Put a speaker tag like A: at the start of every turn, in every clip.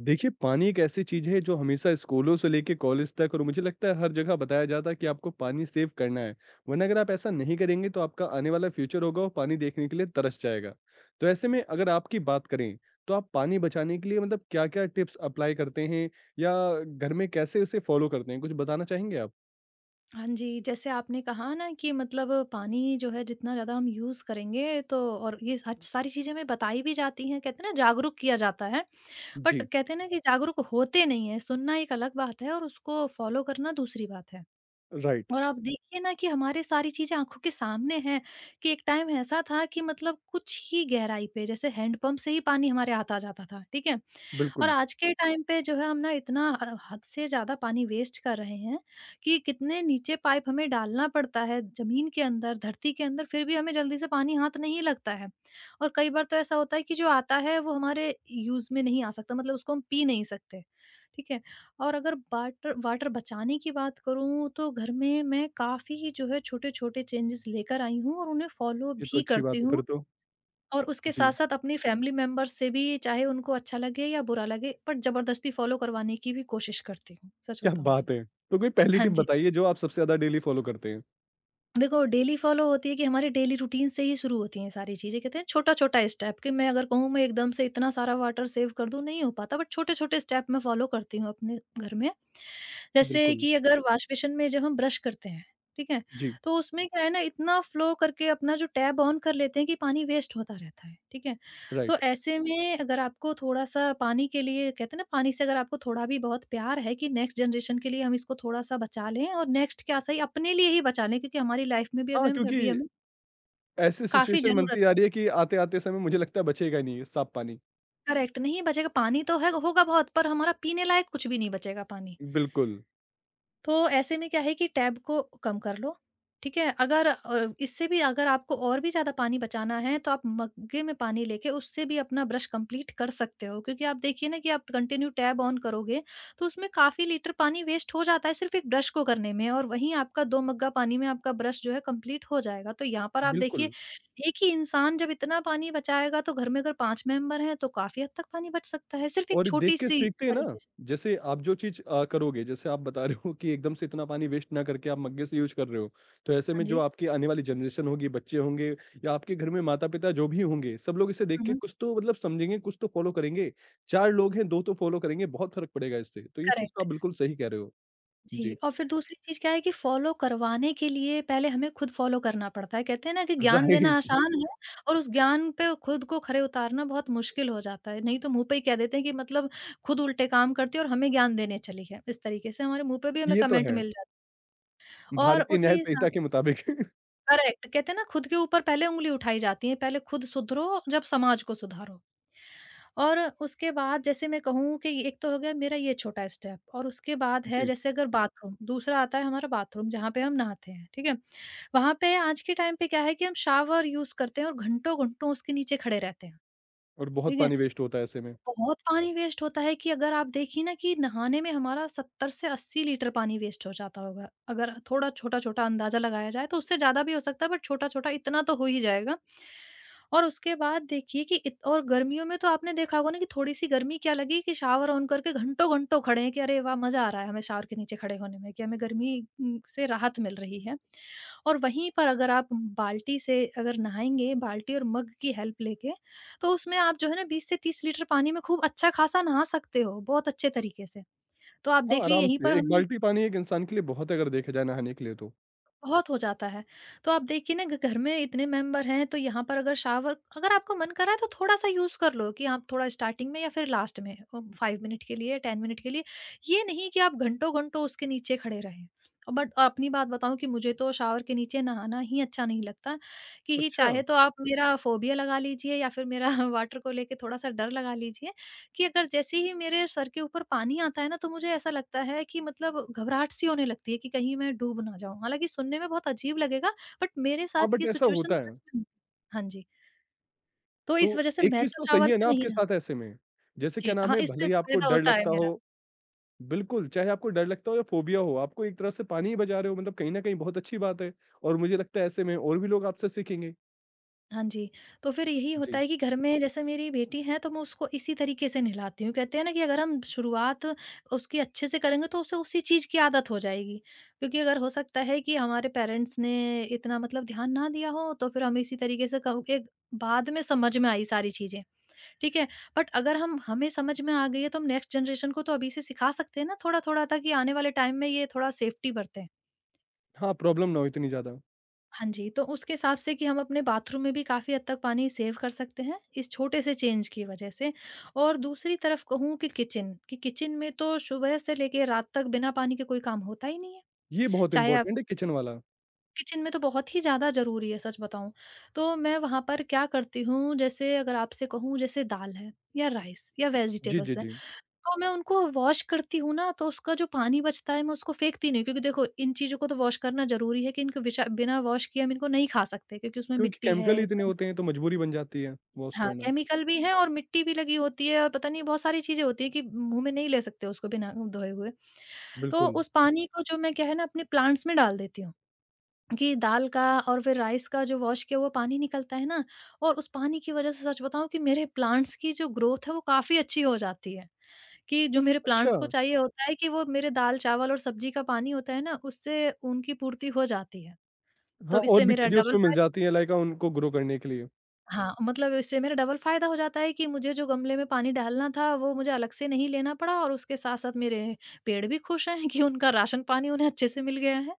A: देखिए, पानी एक ऐसी चीज़ है, जो हमेशा स्कूलों से लेके कॉलेज तक और मुझे लगता है हर जगह बताया जाता है कि आपको पानी सेव करना है। वरना अगर आप ऐसा नहीं करेंगे तो आपका आने वाला फ्यूचर होगा वो पानी देखने के लिए तरस जाएगा। तो ऐसे में अगर आपकी बात करें, तो आप पानी बचाने के लिए मतलब क्या-क्या टिप्स अप्लाई करते हैं या घर में कैसे उसे फ़ॉलो करते हैं? कुछ बताना चाहेंगे आप?
B: हाँ जी, जैसे आपने कहा ना कि मतलब पानी जो है जितना ज़्यादा हम यूज़ करेंगे तो और ये सा सारी चीज़ें हमें बताई भी जाती हैं, कहते हैं ना जागरूक किया जाता है, बट
A: जी,
B: कहते हैं ना कि जागरूक होते नहीं हैं, सुनना एक अलग बात है और उसको फॉलो करना दूसरी बात है।
A: राइट,
B: और आप देखिए ना कि हमारे सारी चीज़ें आँखों के सामने हैं कि एक टाइम ऐसा था कि मतलब कुछ ही गहराई पे जैसे हैंडपंप से ही पानी हमारे हाथ आ जाता था, ठीक है? और
A: बिल्कुल।
B: आज के टाइम पे जो है हम ना इतना हद से ज़्यादा पानी वेस्ट कर रहे हैं कि कितने नीचे पाइप हमें डालना पड़ता है ज़मीन के अंदर, धरती के अंदर फिर भी हमें जल्दी से पानी हाथ नहीं लगता है। और कई बार तो ऐसा होता है कि जो आता है वो हमारे यूज़ में नहीं आ सकता, मतलब उसको हम पी नहीं सकते, ठीक है? और अगर वाटर वाटर बचाने की बात करूँ तो घर में मैं काफ़ी ही जो है छोटे-छोटे चेंजेस लेकर आई हूँ और उन्हें फ़ॉलो
A: ये तो
B: भी
A: अच्छी
B: करती
A: बात है फिर
B: हूँ।
A: तो।
B: और उसके
A: जी,
B: साथ-साथ अपनी फैमिली मेंबर्स से भी चाहे उनको अच्छा लगे या बुरा लगे, बट ज़बरदस्ती फ़ॉलो करवाने की भी कोशिश करती हूँ, सच
A: क्या
B: बताऊँ तो।
A: बात है! तो कोई पहली
B: हाँ
A: टिप
B: जी।
A: बताइए जो आप सबसे ज़्यादा डेली फ़ॉलो करते हैं?
B: देखो, डेली फॉलो होती है कि हमारे डेली रूटीन से ही शुरू होती हैं सारी चीज़ें। कहते हैं छोटा-छोटा स्टेप कि मैं अगर कहूँ, मैं एकदम से इतना सारा वाटर सेव कर दूँ, नहीं हो पाता, बट छोटे-छोटे स्टेप मैं फॉलो करती हूँ अपने घर में। जैसे
A: बिल्कुल।
B: कि अगर जी। वॉश बेसिन में जब हम ब्रश करते हैं, ठीक है?
A: जी,
B: तो उसमें क्या है ना, इतना फ़्लो करके अपना जो टैब ऑन कर लेते हैं कि पानी वेस्ट होता रहता है, ठीक है? तो
A: राइट।
B: ऐसे में अगर आपको थोड़ा-सा पानी के लिए कहते हैं ना, पानी से अगर आपको थोड़ा भी बहुत प्यार है कि नेक्स्ट जनरेशन के लिए हम इसको थोड़ा-सा बचा लें और नेक्स्ट क्या सही अपने लिए ही बचा लें, क्योंकि हमारी लाइफ में भी
A: हाँ,
B: अभी
A: क्योंकि
B: हमें
A: ऐसी
B: काफ़ी
A: सिचुएशन बनती
B: ज़रूरत
A: जा
B: है।
A: रही है कि आते-आते समय मुझे लगता है बचेगा नहीं ये साफ पानी।
B: करेक्ट, नहीं बचेगा पानी, तो है होगा बहुत पर हमारा पीने लायक कुछ भी नहीं बचेगा पानी।
A: बिल्कुल,
B: तो ऐसे में क्या है कि टैब को कम कर लो, ठीक है? अगर अ, इससे भी अगर आपको और भी ज़्यादा पानी बचाना है तो आप मग्गे में पानी लेके उससे भी अपना ब्रश कंप्लीट कर सकते हो, क्योंकि आप देखिए ना कि आप कंटिन्यू टैब ऑन करोगे तो उसमें काफ़ी लीटर पानी वेस्ट हो जाता है सिर्फ़ एक ब्रश को करने में, और वहीं आपका 2 मग्गा पानी में आपका ब्रश जो है कंप्लीट हो जाएगा। तो यहाँ पर आप देखिए,
A: बिल्कुल
B: एक ही इंसान जब इतना पानी बचाएगा तो घर में अगर 5 मेंबर हैं तो काफ़ी हद तक पानी बच सकता है, सिर्फ़ एक
A: और देख के
B: छोटी-सी
A: सीखते हैं ना,
B: तरीके से।
A: जैसे आप जो चीज़ करोगे, जैसे आप बता रहे हो कि एकदम से इतना पानी वेस्ट ना करके आप मग्गे से यूज़ कर रहे हो, तो ऐसे
B: हाँ
A: में जो
B: जी।
A: आपकी आने वाली जनरेशन होगी, बच्चे होंगे या आपके घर में माता-पिता जो भी होंगे, सब लोग इसे देख
B: हुँ,
A: के
B: हुँ।
A: कुछ तो मतलब समझेंगे, कुछ तो फॉलो करेंगे। 4 लोग हैं, 2 तो फॉलो करेंगे, बहुत फ़र्क पड़ेगा इससे। तो ये चीज़ तो
B: करेक्ट।
A: आप बिल्कुल सही कह रहे हो।
B: जी,
A: जी,
B: और फिर
A: राइट।
B: दूसरी चीज़ क्या है कि फ़ॉलो करवाने के लिए पहले हमें खुद फ़ॉलो करना पड़ता है। कहते हैं ना कि ज्ञान देना आसान है और उस ज्ञान पे खुद को खरे उतारना बहुत मुश्किल हो जाता है। नहीं तो मुँह पे ही कह देते हैं कि मतलब खुद उल्टे काम करती है और हमें ज्ञान देने चली है। इस तरीके से हमारे मुँह पे भी हमें
A: ये तो
B: कमेंट
A: है।
B: मिल जाता है और
A: भारतीय न्याय
B: उसी हिसाब।
A: संहिता के मुताबिक।
B: करेक्ट, कहते हैं ना, खुद के ऊपर पहले उंगली उठाई जाती है, पहले खुद सुधरो जब समाज को सुधारो। और उसके बाद जैसे मैं कहूँ कि एक तो हो गया मेरा ये छोटा स्टेप, और उसके बाद है
A: जी।
B: जैसे अगर बाथरूम, दूसरा आता है हमारा बाथरूम जहाँ पे हम नहाते हैं, ठीक है। वहां पे आज के टाइम पे क्या है कि हम शावर यूज करते हैं और घंटों घंटों उसके नीचे खड़े रहते हैं।
A: और बहुत
B: ठीक है।
A: पानी वेस्ट होता है ऐसे में।
B: बहुत पानी वेस्ट होता है कि अगर आप देखिए ना कि नहाने में हमारा 70 से 80 लीटर पानी वेस्ट हो जाता होगा। अगर थोड़ा छोटा-छोटा अंदाज़ा लगाया जाए तो उससे ज़्यादा भी हो सकता है, बट छोटा-छोटा इतना तो हो ही जाएगा। और उसके बाद देखिए कि इत और गर्मियों में तो आपने देखा होगा ना कि थोड़ी-सी गर्मी क्या लगी कि शावर ऑन करके घंटों-घंटों खड़े हैं कि अरे वाह! मज़ा आ रहा है हमें शावर के नीचे खड़े होने में कि हमें गर्मी से राहत मिल रही है। और वहीं पर अगर आप बाल्टी से अगर नहाएँगे, बाल्टी और मग की हेल्प लेके तो उसमें आप जो है ना 20 से 30 लीटर पानी में खूब अच्छा खासा नहा सकते हो, बहुत अच्छे तरीके से। तो आप
A: हाँ,
B: देख लीजिए,
A: आराम
B: यहीं पर
A: से, 1
B: हमने।
A: बाल्टी पानी एक इंसान के लिए बहुत है अगर देखा जाए नहाने के लिए तो।
B: बहुत हो जाता है। तो आप देखिए ना ग घर में इतने मेंबर हैं तो यहाँ पर अगर शावर, अगर आपको मन कर रहा है तो थोड़ा-सा यूज़ कर लो कि आप थोड़ा स्टार्टिंग में या फिर लास्ट में 5 मिनट के लिए, 10 मिनट के लिए। ये नहीं कि आप घंटों-घंटों उसके नीचे खड़े रहें। और अपनी बात बताऊँ कि मुझे तो शावर के नीचे नहाना ही अच्छा नहीं लगता, कि ही
A: अच्छा,
B: चाहे तो आप मेरा फ़ोबिया लगा लीजिए या फिर मेरा वाटर को लेके थोड़ा-सा डर लगा लीजिए। कि अगर जैसे ही मेरे सर के ऊपर पानी आता है ना तो मुझे ऐसा लगता है कि मतलब घबराहट सी होने लगती है कि कहीं मैं डूब ना जाऊं। हालांकि सुनने में बहुत अजीब लगेगा बट मेरे
A: हाँ,
B: साथ
A: बट
B: ये
A: ऐसा होता
B: सिचुएशन
A: है।
B: सच में। हाँ जी। तो इस
A: तो
B: वजह से
A: एक
B: मैं
A: चीज़
B: तो
A: तो सही
B: शावर
A: है ना
B: से नहीं
A: आपके
B: ना।
A: साथ ऐसे में? जैसे क्या
B: जी
A: नाम
B: हाँ,
A: है, भले
B: इससे
A: ही आपको
B: फायदा
A: डर
B: होता है
A: लगता
B: मेरा।
A: हो बिल्कुल, चाहे आपको डर लगता हो या फ़ोबिया हो, आपको एक तरह से पानी ही बचा रहे हो मतलब कहीं न कहीं बहुत अच्छी बात है और मुझे लगता है ऐसे में और भी लोग आपसे सीखेंगे।
B: हाँ जी, तो फिर यही होता
A: जी।
B: है कि घर में जैसे मेरी बेटी है तो मैं उसको इसी तरीके से नहलाती हूँ। कहते हैं ना कि अगर हम शुरुआत उसकी अच्छे से करेंगे तो उसे उसी चीज़ की आदत हो जाएगी। क्योंकि अगर हो सकता है कि हमारे पेरेंट्स ने इतना मतलब ध्यान ना दिया हो तो फिर हमें इसी तरीके से कहूँ कि बाद में समझ में आई सारी चीज़ें, ठीक है? बट अगर हम हमें समझ में आ गई है तो हम नेक्स्ट जनरेशन को तो अभी से सिखा सकते हैं ना थोड़ा-थोड़ा, ताकि आने वाले टाइम में ये थोड़ा सेफ्टी बरतें।
A: हाँ, प्रॉब्लम ना हो इतनी ज़्यादा।
B: हाँ जी, तो उसके हिसाब से कि हम अपने बाथरूम में भी काफ़ी हद तक पानी सेव कर सकते हैं, इस छोटे से चेंज की वजह से। और दूसरी तरफ कहूँ कि किचन में तो सुबह से लेके रात तक बिना पानी के कोई काम होता ही नहीं है।
A: ये बहुत
B: चाहे आप
A: इम्पोर्टेंट है किचन वाला।
B: किचन में तो बहुत ही ज़्यादा ज़रूरी है, सच बताऊँ। तो मैं वहाँ पर क्या करती हूँ, जैसे अगर आपसे कहूँ, जैसे दाल है या राइस या
A: जी, जी,
B: वेजिटेबल्स हैं,
A: जी।
B: तो मैं उनको वॉश करती हूँ ना, तो उसका जो पानी बचता है मैं उसको फेंकती नहीं हूँ, क्योंकि देखो इन चीज़ों को तो वॉश करना ज़रूरी है कि इनको बिशा बिना वॉश किए हम इनको नहीं खा सकते, क्योंकि उसमें
A: क्योंकि
B: मिट्टी
A: केमिकल
B: है,
A: ही इतने
B: गंद।
A: होते हैं तो मजबूरी बन जाती है वॉश
B: हाँ,
A: करना।
B: केमिकल भी है और मिट्टी भी लगी होती है और पता नहीं बहुत सारी चीज़ें होती हैं कि मुँह में नहीं ले सकते उसको बिना धोए हुए। तो
A: बिल्कुल।
B: उस पानी को जो मैं क्या है ना अपने प्लांट्स में डाल देती हूँ, कि दाल का और फिर राइस का जो वॉश किया हुआ पानी निकलता है ना, और उस पानी की वज़ह से सच बताऊँ कि मेरे प्लांट्स की जो ग्रोथ है वो काफ़ी अच्छी हो जाती है। कि जो मेरे
A: अच्छा।
B: प्लांट्स को चाहिए होता है कि वो मेरे दाल-चावल और सब्ज़ी का पानी होता है ना, उससे उनकी पूर्ति हो जाती है।
A: हाँ,
B: तो
A: और
B: इससे
A: भी
B: मेरा
A: चीज़ें
B: डबल
A: उसमें मिल
B: फ़ायदा।
A: जाती हैं लाइक उनको ग्रो करने के लिए।
B: हाँ, मतलब इससे मेरा डबल फ़ायदा हो जाता है कि मुझे जो गमले में पानी डालना था, वो मुझे अलग से नहीं लेना पड़ा, और उसके साथ-साथ मेरे पेड़ भी खुश हैं कि उनका राशन पानी उन्हें अच्छे से मिल गया है।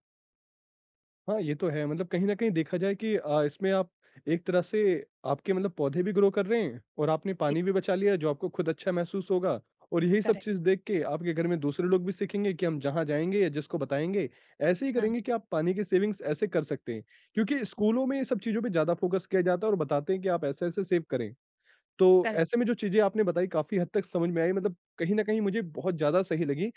A: हाँ, ये तो है मतलब कहीं न कहीं देखा जाए कि इसमें आप एक तरह से आपके मतलब पौधे भी ग्रो कर रहे हैं और आपने
B: जी,
A: पानी भी बचा लिया जो आपको खुद अच्छा महसूस होगा और यही सब
B: करेक्ट।
A: चीज़ देख के आपके घर में दूसरे लोग भी सीखेंगे कि हम जहाँ जाएँगे या जिसको बताएँगे, ऐसे ही
B: हाँ,
A: करेंगे कि आप पानी की सेविंग्स ऐसे कर सकते हैं। क्योंकि स्कूलों में ये सब चीज़ों पे ज़्यादा फ़ोकस किया जाता है और बताते हैं कि आप ऐसे-ऐसे सेव करें। तो
B: करेक्ट।
A: ऐसे में जो चीज़ें आपने बताई काफ़ी हद तक समझ में आई मतलब कहीं न कहीं मुझे बहुत ज़्यादा सही लगी।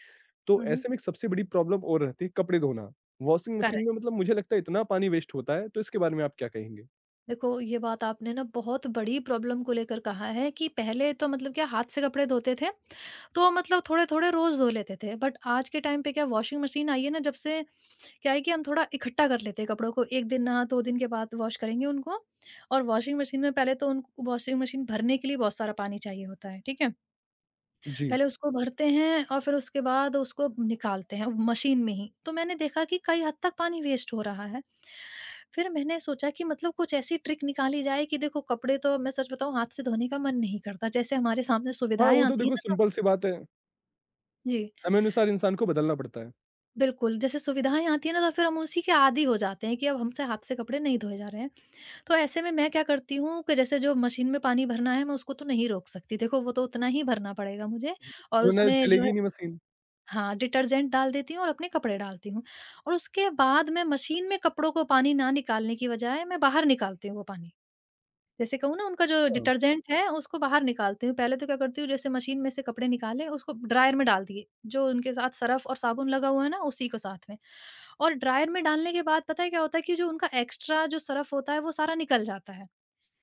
A: तो
B: हुँ, हुँ।
A: ऐसे में एक सबसे बड़ी प्रॉब्लम और रहती है कपड़े धोना। वॉशिंग मशीन में
B: करेक्ट।
A: मतलब मुझे लगता है इतना पानी वेस्ट होता है, तो इसके बारे में आप क्या कहेंगे?
B: देखो, ये बात आपने ना बहुत बड़ी प्रॉब्लम को लेकर कहा है कि पहले तो मतलब क्या हाथ से कपड़े धोते थे, तो मतलब थोड़े-थोड़े रोज़ धो लेते थे। बट आज के टाइम पे क्या वॉशिंग मशीन आई है ना, जब से क्या है कि हम थोड़ा इकट्ठा कर लेते हैं कपड़ों को, 1 दिन नहा 2 दिन के बाद वॉश करेंगे उनको, और वॉशिंग मशीन में पहले तो उन वॉशिंग मशीन भरने के लिए बहुत सारा पानी चाहिए होता है, ठीक है?
A: जी।
B: पहले उसको भरते हैं और फिर उसके बाद उसको निकालते हैं मशीन में ही। तो मैंने देखा कि कई हद तक पानी वेस्ट हो रहा है। फिर मैंने सोचा कि मतलब कुछ ऐसी ट्रिक निकाली जाए कि देखो, कपड़े तो मैं सच बताऊँ हाथ से धोने का मन नहीं करता। जैसे हमारे सामने
A: हाँ,
B: सुविधाएँ
A: वो तो
B: आती हैं
A: देखो
B: ना तो।
A: सिंपल सी बात है,
B: जी।
A: समय अनुसार इंसान को बदलना पड़ता है।
B: बिल्कुल। जैसे सुविधाएँ आती हैं ना तो फिर हम उसी के आदी हो जाते हैं कि अब हमसे हाथ से कपड़े नहीं धोए जा रहे हैं। तो ऐसे में मैं क्या करती हूँ कि जैसे जो मशीन में पानी भरना है मैं उसको तो नहीं रोक सकती। देखो, वो तो उतना ही भरना पड़ेगा मुझे और
A: वरना
B: उसमें
A: चलेगी
B: जो।
A: ही नहीं मशीन।
B: हाँ, डिटर्जेंट डाल देती हूँ और अपने कपड़े डालती हूँ, और उसके बाद मैं मशीन में कपड़ों को पानी ना निकालने की बजाय मैं बाहर निकालती हूँ वो पानी। जैसे कहूँ ना, उनका जो
A: हाँ,
B: डिटर्जेंट है उसको बाहर निकालती हूँ। पहले तो क्या करती हूँ, जैसे मशीन में से कपड़े निकाले उसको ड्रायर में डाल दिए। जो उनके साथ सरफ़ और साबुन लगा हुआ है ना, उसी को साथ में। और ड्रायर में डालने के बाद पता है क्या होता है कि जो उनका एक्स्ट्रा जो सरफ़ होता है वो सारा निकल जाता है।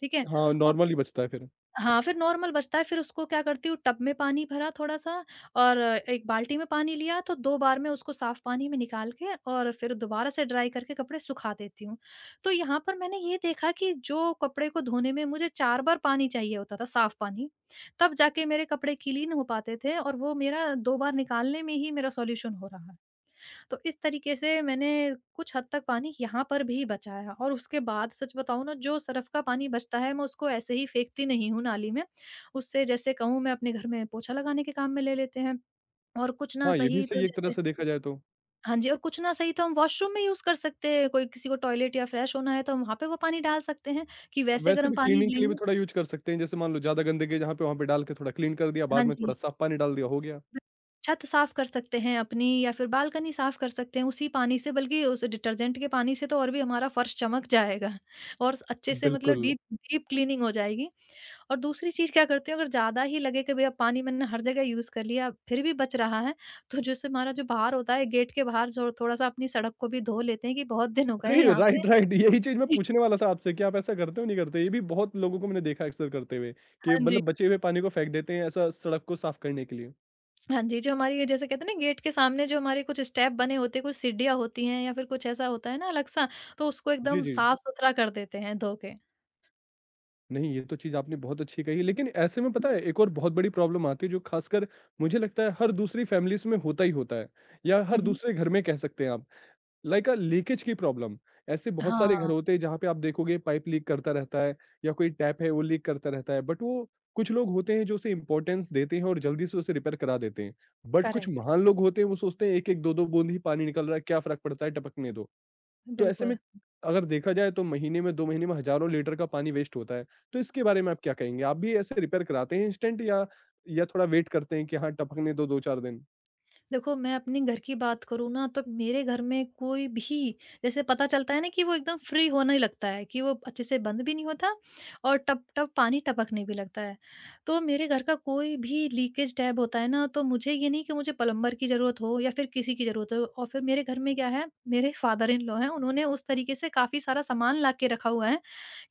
B: ठीक है?
A: हाँ,
B: और।
A: नॉर्मल ही बचता है फिर।
B: हाँ, फिर नॉर्मल बचता है, फिर उसको क्या करती हूँ, टब में पानी भरा थोड़ा-सा और एक बाल्टी में पानी लिया, तो 2 बार में उसको साफ़ पानी में निकाल के और फिर दोबारा से ड्राई करके कपड़े सुखा देती हूँ। तो यहाँ पर मैंने ये देखा कि जो कपड़े को धोने में मुझे 4 बार पानी चाहिए होता था, साफ़ पानी, तब जाके मेरे कपड़े क्लीन हो पाते थे, और वो मेरा 2 बार निकालने में ही मेरा सॉल्यूशन हो रहा है। तो इस तरीके से मैंने कुछ हद तक पानी यहाँ पर भी बचाया, और उसके बाद सच बताऊँ ना, जो सरफ का पानी बचता है मैं उसको ऐसे ही फेंकती नहीं हूँ नाली में। उससे जैसे कहूँ, मैं अपने घर में पोछा लगाने के काम में ले लेते हैं, और कुछ ना
A: हाँ, ये भी
B: सही
A: सही
B: तो
A: है एक तरह
B: जैसे।
A: से देखा जाए तो।
B: हाँ जी। और कुछ ना सही तो हम वॉशरूम में यूज़ कर सकते हैं, कोई किसी को टॉयलेट या फ्रेश होना है तो हम वहाँ पे वो पानी डाल सकते हैं कि वैसे
A: वैसे
B: गर्म
A: भी
B: पानी
A: क्लीनिंग के लिए भी
B: लेंगे।
A: थोड़ा यूज़ कर सकते हैं, जैसे मान लो ज़्यादा गंदगी है जहाँ पे वहाँ पे डाल के थोड़ा क्लीन कर दिया,
B: हाँ
A: बाद में थोड़ा
B: जी।
A: साफ पानी डाल दिया, हो गया।
B: छत साफ कर सकते हैं अपनी, या फिर बालकनी साफ कर सकते हैं उसी पानी से, बल्कि उस डिटर्जेंट के पानी से तो और भी हमारा फर्श चमक जाएगा और अच्छे से मतलब
A: बिल्कुल।
B: डीप डीप क्लीनिंग हो जाएगी। और दूसरी चीज क्या करती हूँ, अगर ज्यादा ही लगे कि भैया पानी मैंने हर जगह यूज कर लिया फिर भी बच रहा है, तो जैसे हमारा जो बाहर होता है गेट के बाहर, जो थोड़ा सा अपनी सड़क को भी धो लेते हैं कि बहुत दिन हो गए
A: अरे!
B: हैं यहाँ पे।
A: राइट, राइट यही चीज़ मैं पूछने वाला था आपसे कि आप ऐसा करते हो, नहीं करते? ये भी बहुत लोगों को मैंने देखा है अक्सर करते हुए कि
B: हाँ जी।
A: मतलब बचे हुए पानी को फेंक देते हैं ऐसा सड़क को साफ करने के लिए।
B: हाँ जी, जो हमारी ये जैसे कहते हैं ना, गेट के सामने जो हमारे कुछ स्टेप बने होते हैं, कुछ सीढ़ियाँ होती हैं या फिर कुछ ऐसा होता है ना अलग सा, तो उसको एकदम हुँ,
A: जी,
B: हुँ।
A: जी।
B: साफ-सुथरा कर देते हैं धो के।
A: नहीं, ये तो चीज़ आपने बहुत अच्छी कही, लेकिन ऐसे में पता है एक और बहुत बड़ी प्रॉब्लम आती है जो खासकर मुझे लगता है हर दूसरी फैमिलीज़ में होता ही होता है या
B: हुँ,
A: हर
B: हुँ।
A: दूसरे घर में कह सकते हैं आप। लाइक अ लीकेज की प्रॉब्लम। ऐसे बहुत सारे घर
B: हाँ,
A: होते हैं जहाँ पे आप देखोगे पाइप लीक करता रहता है या कोई टैप है वो लीक करता रहता है। बट वो कुछ लोग होते हैं जो उसे इम्पोर्टेंस देते हैं और जल्दी से उसे रिपेयर करा देते हैं। बट कुछ
B: करेक्ट,
A: महान लोग होते हैं वो सोचते हैं 1-1 2-2 बूंद ही पानी निकल रहा है क्या फ़र्क पड़ता है टपकने दो। तो ऐसे में
B: बिल्कुल।
A: अगर देखा जाए तो महीने में 2 महीने में हज़ारों लीटर का पानी वेस्ट होता है। तो इसके बारे में आप क्या कहेंगे? आप भी ऐसे रिपेयर कराते हैं इंस्टेंट या थोड़ा वेट करते हैं कि हाँ, टपकने दो 2-4 दिन?
B: देखो, मैं अपने घर की बात करूँ ना, तो मेरे घर में कोई भी जैसे पता चलता है ना कि वो एकदम फ्री होने लगता है, कि वो अच्छे से बंद भी नहीं होता और टप-टप पानी टपकने भी लगता है। तो मेरे घर का कोई भी लीकेज टैप होता है ना, तो मुझे ये नहीं कि मुझे प्लम्बर की ज़रूरत हो या फिर किसी की ज़रूरत हो, और फिर मेरे घर में क्या है, मेरे फादर इन लॉ हैं, उन्होंने उस तरीके से काफ़ी सारा सामान ला के रखा हुआ है,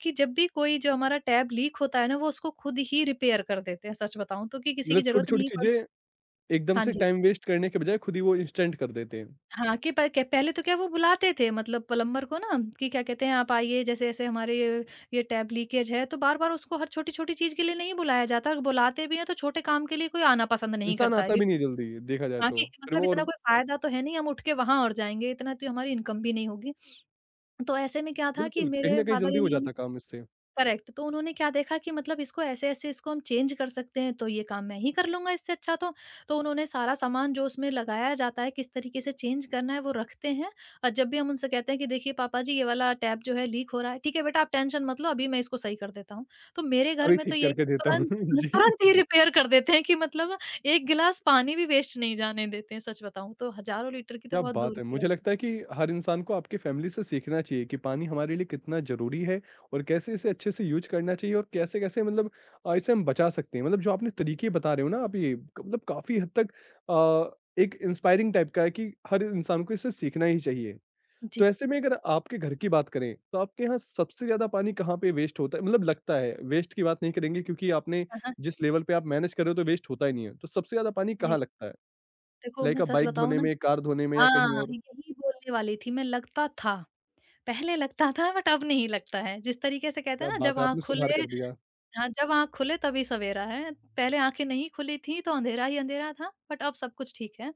B: कि जब भी कोई जो हमारा टैप लीक होता है ना, वो उसको खुद ही रिपेयर कर देते हैं, सच बताऊँ तो, कि किसी की
A: मतलब
B: ज़रूरत
A: छोटी-छोटी
B: नहीं पड़।
A: चीज़ें एकदम
B: हाँ
A: से
B: जी।
A: टाइम वेस्ट करने के बजाय खुद ही वो इंस्टेंट कर देते हैं।
B: हाँ, कि प के पहले तो क्या वो बुलाते थे मतलब प्लम्बर को ना, कि क्या कहते हैं, आप आइए जैसे ऐसे हमारे ये टैप लीकेज है, तो बार-बार उसको हर छोटी-छोटी चीज़ के लिए नहीं बुलाया जाता, और बुलाते भी हैं तो छोटे काम के लिए कोई आना पसंद नहीं
A: इंसान
B: करता है
A: आता भी नहीं
B: क्योंकि।
A: जल्दी देखा जाए
B: हाँ,
A: तो,
B: कि
A: फिर
B: मतलब
A: वो
B: इतना
A: और
B: कोई फ़ायदा तो है नहीं हम उठ के वहाँ और जाएँगे, इतना तो हमारी इनकम भी नहीं होगी। तो ऐसे में क्या था कि
A: बिल्कुल कहीं
B: मेरे
A: न कहीं
B: फादर
A: जल्दी
B: इन
A: हो
B: लॉ।
A: जाता काम इससे।
B: करेक्ट। तो उन्होंने क्या देखा कि मतलब इसको ऐसे-ऐसे, इसको हम चेंज कर सकते हैं, तो ये काम मैं ही कर लूँगा इससे अच्छा तो। तो उन्होंने सारा सामान जो उसमें लगाया जाता है, किस तरीके से चेंज करना है वो रखते हैं, और जब भी हम उनसे कहते हैं कि देखिए पापा जी ये वाला टैप जो है लीक हो रहा है, ठीक है बेटा आप टेंशन मत लो, अभी मैं इसको सही कर देता हूँ। तो मेरे घर
A: अभी
B: में तो
A: ठीक
B: ये है कि
A: करके देता हूँ।
B: तुरंत
A: जी,
B: तुरंत ही रिपेयर कर देते हैं कि मतलब एक गिलास पानी भी वेस्ट नहीं जाने देते हैं, सच बताऊँ तो हज़ारों लीटर की तो
A: क्या
B: बहुत
A: बात
B: दूर
A: है!
B: की
A: मुझे
B: बात है।
A: लगता है कि हर इंसान को आपकी फैमिली से सीखना चाहिए कि पानी हमारे लिए कितना ज़रूरी है और कैसे इसे अच्छे से यूज़ करना चाहिए और कैसे-कैसे मतलब इसे हम बचा सकते हैं। मतलब जो आपने तरीके बता रहे हो ना आप ये क मतलब काफ़ी हद तक अ, एक इंस्पायरिंग टाइप का है कि हर इंसान को इसे सीखना ही चाहिए।
B: जी।
A: तो ऐसे में अगर आपके घर की बात करें, तो आपके यहाँ सबसे ज़्यादा पानी कहाँ पे वेस्ट होता है? मतलब लगता है, वेस्ट की बात नहीं करेंगे क्योंकि आपने
B: हाँ, हाँ।
A: जिस लेवल पे आप मैनेज कर रहे हो तो वेस्ट होता ही नहीं है। तो सबसे ज़्यादा पानी
B: जी।
A: कहाँ लगता है?
B: देखो,
A: लाइक
B: मैं
A: आप
B: सच
A: बाइक
B: बताऊँ
A: धोने
B: ना।
A: में, कार धोने में या कहीं
B: हाँ,
A: और?
B: यही बोलने वाली थी मैं, लगता था। पहले लगता था बट अब नहीं लगता है। जिस तरीके से कहते
A: क्या
B: हैं ना,
A: बात
B: जब
A: है,
B: आँख
A: आपने सुधार
B: खुले।
A: कर दिया।
B: हाँ, जब आँख खुले तभी सवेरा है। पहले आँखें नहीं खुली थी तो अंधेरा ही अंधेरा था, बट अब सब कुछ ठीक है।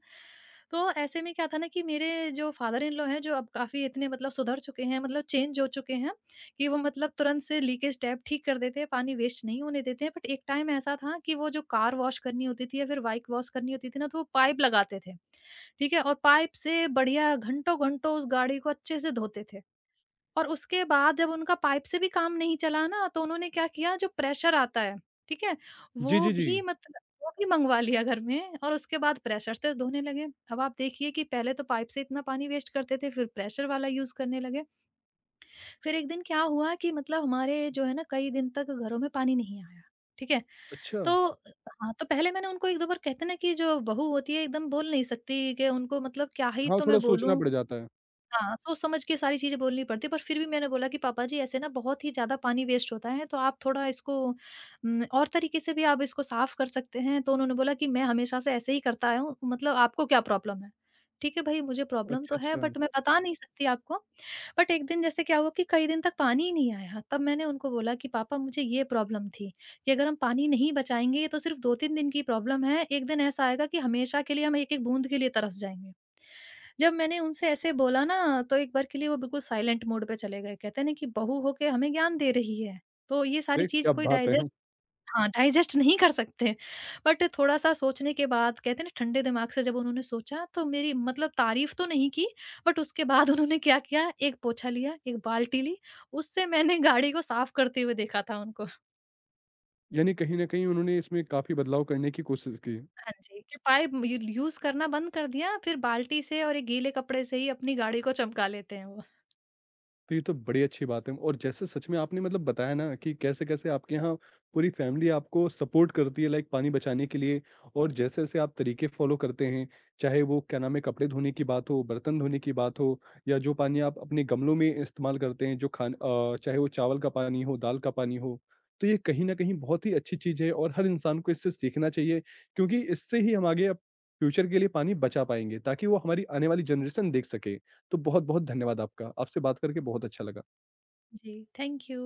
B: तो ऐसे में क्या था ना, कि मेरे जो फादर इन लॉ हैं जो अब काफ़ी इतने मतलब सुधर चुके हैं, मतलब चेंज हो चुके हैं, कि वो मतलब तुरंत से लीकेज टैप ठीक कर देते हैं, पानी वेस्ट नहीं होने देते हैं। बट एक टाइम ऐसा था कि वो जो कार वॉश करनी होती थी या फिर बाइक वॉश करनी होती थी ना, तो वो पाइप लगाते थे, ठीक है? और पाइप से बढ़िया घंटों-घंटों उस गाड़ी को अच्छे से धोते थे। और उसके बाद जब उनका पाइप से भी काम नहीं चला ना, तो उन्होंने क्या किया, जो प्रेशर आता है, ठीक है?
A: जी,
B: वो
A: जी, जी।
B: भी मतलब वो भी मँगवा लिया घर में, और उसके बाद प्रेशर से धोने लगे। अब आप देखिए कि पहले तो पाइप से इतना पानी वेस्ट करते थे, फिर प्रेशर वाला यूज़ करने लगे। फिर एक दिन क्या हुआ कि मतलब हमारे जो है ना, कई दिन तक घरों में पानी नहीं आया, ठीक है?
A: अच्छा,
B: तो। हाँ, तो पहले मैंने उनको 1-2 बार, कहते हैं ना कि जो बहू होती है एकदम बोल नहीं सकती, कि उनको मतलब क्या ही
A: हाँ,
B: तो
A: थोड़ा
B: मैं
A: सोचना
B: बोलूँ।
A: पड़ जाता है।
B: हाँ, सोच समझ के सारी चीज़ें बोलनी पड़ती है, पर फिर भी मैंने बोला कि पापा जी ऐसे ना बहुत ही ज़्यादा पानी वेस्ट होता है, तो आप थोड़ा इसको और तरीके से भी आप इसको साफ़ कर सकते हैं। तो उन्होंने बोला कि मैं हमेशा से ऐसे ही करता आया हूँ, मतलब आपको क्या प्रॉब्लम है? ठीक है भाई, मुझे प्रॉब्लम
A: अच्छा,
B: तो है
A: अच्छा।
B: बट मैं बता नहीं सकती आपको। बट एक दिन जैसे क्या हुआ कि कई दिन तक पानी ही नहीं आया, तब मैंने उनको बोला कि पापा मुझे ये प्रॉब्लम थी कि अगर हम पानी नहीं बचाएंगे, ये तो सिर्फ 2-3 दिन की प्रॉब्लम है, एक दिन ऐसा आएगा कि हमेशा के लिए हम एक एक बूंद के लिए तरस जाएंगे। जब मैंने उनसे ऐसे बोला ना, तो एक बार के लिए वो बिल्कुल साइलेंट मोड पे चले गए, कहते हैं ना कि बहू होके हमें ज्ञान दे रही है, तो ये सारी
A: अरे,
B: चीज
A: क्या
B: कोई
A: बात
B: डाइजेस्ट।
A: है!
B: हाँ, डाइजेस्ट नहीं कर सकते। बट थोड़ा-सा सोचने के बाद, कहते हैं ना ठंडे दिमाग से, जब उन्होंने सोचा तो मेरी मतलब तारीफ़ तो नहीं की, बट उसके बाद उन्होंने क्या किया, एक पोछा लिया, एक बाल्टी ली, उससे मैंने गाड़ी को साफ करते हुए देखा था उनको।
A: यानी कहीं न कहीं उन्होंने इसमें काफ़ी बदलाव करने की कोशिश की।
B: हाँ जी, कि पाइप यू यूज़ करना बंद कर दिया, फिर बाल्टी से और ये गीले कपड़े से ही अपनी गाड़ी को चमका लेते हैं वो।
A: तो ये तो बड़ी अच्छी बात है और जैसे सच में आपने मतलब बताया ना कि कैसे-कैसे आपके यहाँ पूरी फ़ैमिली आपको सपोर्ट करती है लाइक पानी बचाने के लिए और जैसे-जैसे आप तरीके फ़ॉलो करते हैं, चाहे वो क्या नाम है कपड़े धोने की बात हो, बर्तन धोने की बात हो या जो पानी आप अपने गमलों में इस्तेमाल करते हैं जो खान चाहे वो चावल का पानी हो, दाल का पानी हो। तो ये कहीं न कहीं बहुत ही अच्छी चीज़ है और हर इंसान को इससे सीखना चाहिए क्योंकि इससे ही हम आगे अब फ्यूचर के लिए पानी बचा पाएँगे ताकि वो हमारी आने वाली जनरेशन देख सके। तो बहुत-बहुत धन्यवाद आपका। आपसे बात करके बहुत अच्छा लगा।
B: जी, थैंक यू।